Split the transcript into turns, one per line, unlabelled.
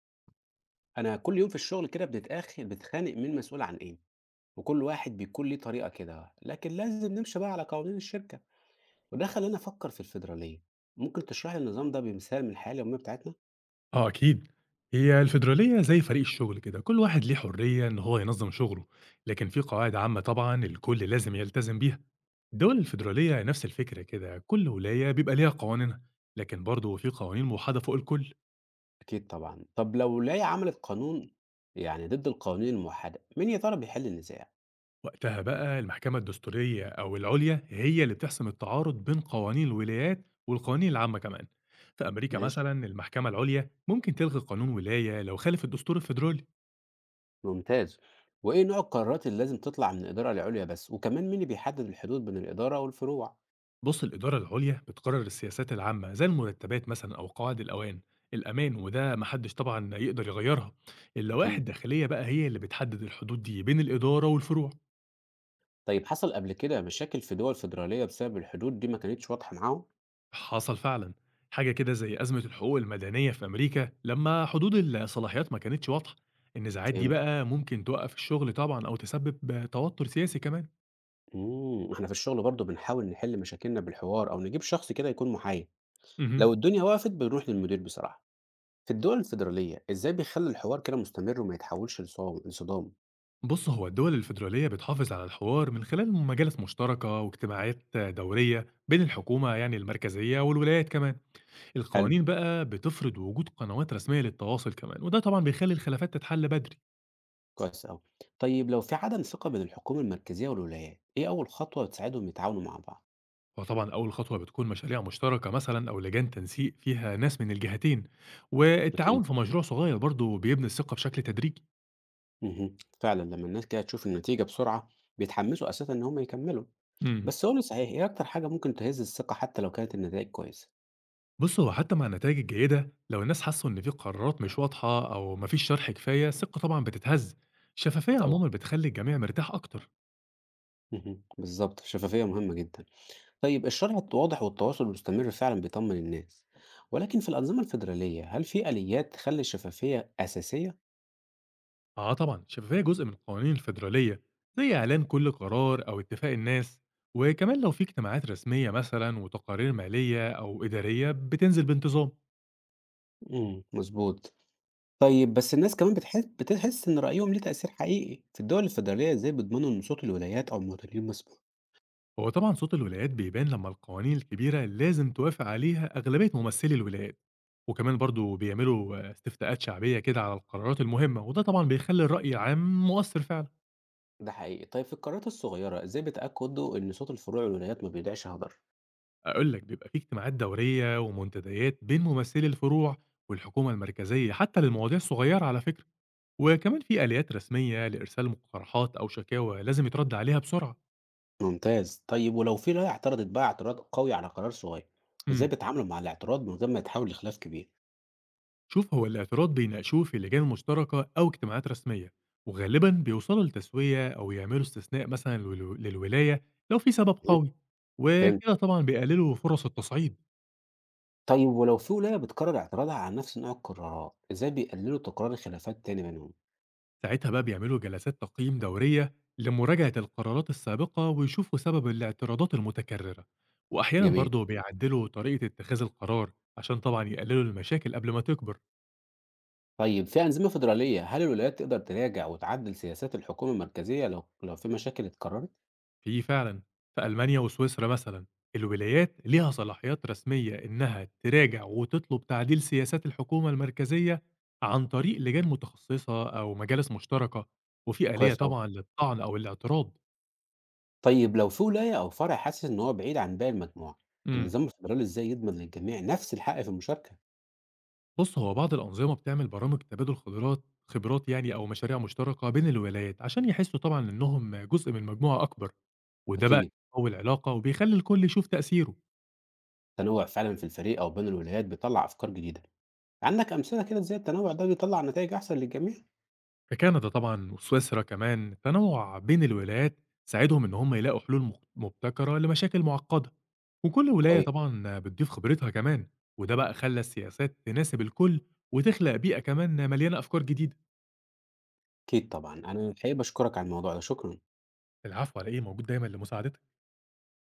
انا كل يوم في الشغل كده بنتاخر، بنتخانق مين مسؤول عن ايه، وكل واحد بيكون ليه طريقه كده، لكن لازم نمشي بقى على قوانين الشركه. وده خلاني افكر في الفيدراليه. ممكن تشرح لي النظام ده بمثال من الحياه اليوميه بتاعتنا؟
آه أكيد، هي الفيدرالية زي فريق الشغل كده، كل واحد ليه حرية إن هو ينظم شغله، لكن في قواعد عامة طبعًا الكل لازم يلتزم بيها. الدول الفيدرالية نفس الفكرة كده، كل ولاية بيبقى ليها قوانينها، لكن برضه في قوانين موحدة فوق الكل،
اكيد طبعا. طب لو ولايه عملت قانون يعني ضد القوانين الموحده، مين يا ترى بيحل النزاع؟
وقتها بقى المحكمة الدستورية أو العليا هي اللي بتحسم التعارض بين قوانين الولايات والقوانين العامة كمان. في أمريكا
ماشي،
مثلًا المحكمة العليا ممكن تلغي قانون ولاية لو خالف الدستور الفيدرالي.
ممتاز. وايه نوع القرارات اللي لازم تطلع من الاداره العليا بس؟ وكمان مين اللي بيحدد الحدود بين الاداره والفروع؟
بص الإدارة العليا بتقرر السياسات العامة زي المرتبات مثلا أو قواعد الأمان، وده محدش طبعا يقدر يغيرها. اللوائح
اكيد.
الداخلية بقى هي اللي بتحدد الحدود دي بين الإدارة والفروع.
طيب حصل قبل كده مشاكل في دول فيدراليه بسبب الحدود دي ما كانتش واضحه معاهم؟
حصل فعلا حاجة كده زي أزمة الحقوق المدنية في أمريكا لما حدود الصلاحيات ما كانتش واضحة. النزاعات دي
فهمت.
بقى ممكن توقف الشغل طبعا أو تسبب توتر سياسي كمان.
إحنا في الشغل برضه بنحاول نحل مشاكلنا بالحوار أو نجيب شخص كده يكون محايد،
مهم.
لو الدنيا وقفت بنروح للمدير بصراحة. في الدول الفيدرالية إزاي بيخلوا الحوار كده مستمر وما يتحولش لصدام؟
بص هو الدول الفيدرالية بتحافظ على الحوار من خلال مجالس مشتركة واجتماعات دورية بين الحكومة يعني المركزية والولايات كمان.
حلو،
القوانين بقى بتفرض وجود قنوات رسمية للتواصل كمان، وده طبعا بيخلي الخلافات تتحل بدري.
كويس أوي. طيب لو في عدم ثقة بين الحكومة المركزية والولايات، إيه أول خطوة تساعدهم يتعاونوا مع بعض؟
وطبعا أول خطوة بتكون مشاريع مشتركة مثلا أو لجان تنسيق فيها ناس من الجهتين، والتعاون
أكيد،
في مشروع صغير برضه بيبني الثقة بشكل تدريجي.
اهم، فعلًا لما الناس كده تشوف النتيجة بسرعة بيتحمسوا أساسًا إن هم يكملوا.
مم.
بس قُل لي صحيح، إيه أكتر حاجة ممكن تهز الثقة حتى لو كانت النتايج كويسة؟
بُص، هو حتى مع النتايج الجيدة، لو الناس حسوا إن في قرارات مش واضحة أو ما فيش شرح كفاية، الثقة طبعًا بتتهز. الشفافية
طبعًا،
عمومًا بتخلي الجميع مرتاح أكتر.
اهم، بالضبط، الشفافية مهمة جدًا. طيب الشرح الواضح والتواصل المستمر فعلا بيطمن الناس، ولكن في الأنظمة الفيدرالية هل في آليات تخلي الشفافية أساسية؟
آه طبعًا، الشفافية جزء من القوانين الفيدرالية، زي إعلان كل قرار أو اتفاق الناس، وكمان لو في اجتماعات رسمية مثلًا وتقارير مالية أو إدارية بتنزل بانتظام.
امم، مظبوط. طيب بس الناس كمان بتحس إن رأيهم ليه تأثير حقيقي، في الدول الفيدرالية إزاي بيضمنوا إن صوت الولايات أو المواطنين مسموع؟
هو طبعا صوت الولايات بيبان لما القوانين الكبيرة لازم توافق عليها أغلبية ممثلي الولايات، وكمان برضو بيعملوا استفتاءات شعبية كده على القرارات المهمة، وده طبعا بيخلي الرأي العام مؤثر فعلا.
ده حقيقي. طيب في القارات الصغيرة إزاي بيتأكدوا إن صوت الفروع والولايات ما بيضيعش هدر؟
أقول لك بيبقى في اجتماعات دورية ومنتديات بين ممثلي الفروع والحكومة المركزية حتى للمواضيع الصغيرة على فكرة، وكمان في آليات رسمية لإرسال مقترحات أو شكاوى لازم يترد عليها بسرعة.
ممتاز. طيب ولو في رأي اعترضت بقى اعتراض قوي على قرار صغير، إزاي
مم.
بيتعاملوا مع الاعتراض من غير ما يتحول لخلاف كبير؟
شوف هو الاعتراض بيناقشوه في لجان مشتركة أو اجتماعات رسمية، وغالبا بيوصلوا لتسوية أو يعملوا استثناء مثلا للولاية لو في سبب
مم.
قوي،
فهمت.
وكده طبعا بيقللوا فرص التصعيد.
طيب ولو في ولاية بتكرر اعتراضها على نفس نوع القرارات، إزاي بيقللوا تكرار الخلافات تاني بينهم؟
ساعتها بقى بيعملوا جلسات تقييم دورية لمراجعة القرارات السابقة ويشوفوا سبب الاعتراضات المتكررة، وأحيانا
جميل.
برضه بيعدلوا طريقة اتخاذ القرار عشان طبعا يقللوا المشاكل قبل ما تكبر.
طيب في أنظمة فيدرالية هل الولايات تقدر تراجع وتعدل سياسات الحكومة المركزية لو في مشاكل اتكررت؟
في فعلًا، في ألمانيا وسويسرا مثلًا، الولايات ليها صلاحيات رسمية إنها تراجع وتطلب تعديل سياسات الحكومة المركزية عن طريق لجان متخصصة أو مجالس مشتركة، وفي آلية
كويس أوي.
طبعًا للطعن أو الاعتراض.
طيب لو في ولاية أو فرع حاسس إن هو بعيد عن باقي المجموعة،
إمم،
النظام الفيدرالي إزاي يضمن للجميع نفس الحق في المشاركة؟
بُص هو بعض الأنظمة بتعمل برامج تبادل خبرات يعني أو مشاريع مشتركة بين الولايات، عشان يحسوا طبعًا إنهم جزء من مجموعة أكبر، وده بقى
أكيد.
بيقوي العلاقة وبيخلي الكل يشوف تأثيره.
تنوع فعلا في الفريق أو بين الولايات بيطلع أفكار جديدة. عندك أمثلة كده إزاي التنوع ده بيطلع نتائج أحسن للجميع؟
في كندا طبعًا وسويسرا كمان، التنوع بين الولايات ساعدهم إن هم يلاقوا حلول مبتكرة لمشاكل معقدة، وكل ولاية
كويس.
طبعًا بتضيف خبرتها كمان، وده بقى خلّى السياسات تناسب الكل وتخلق بيئة كمان مليانة أفكار جديدة.
أكيد طبعا. أنا الحقيقة بشكرك على الموضوع ده، شكرا.
العفو على إيه، موجود دايمًا لمساعدتك.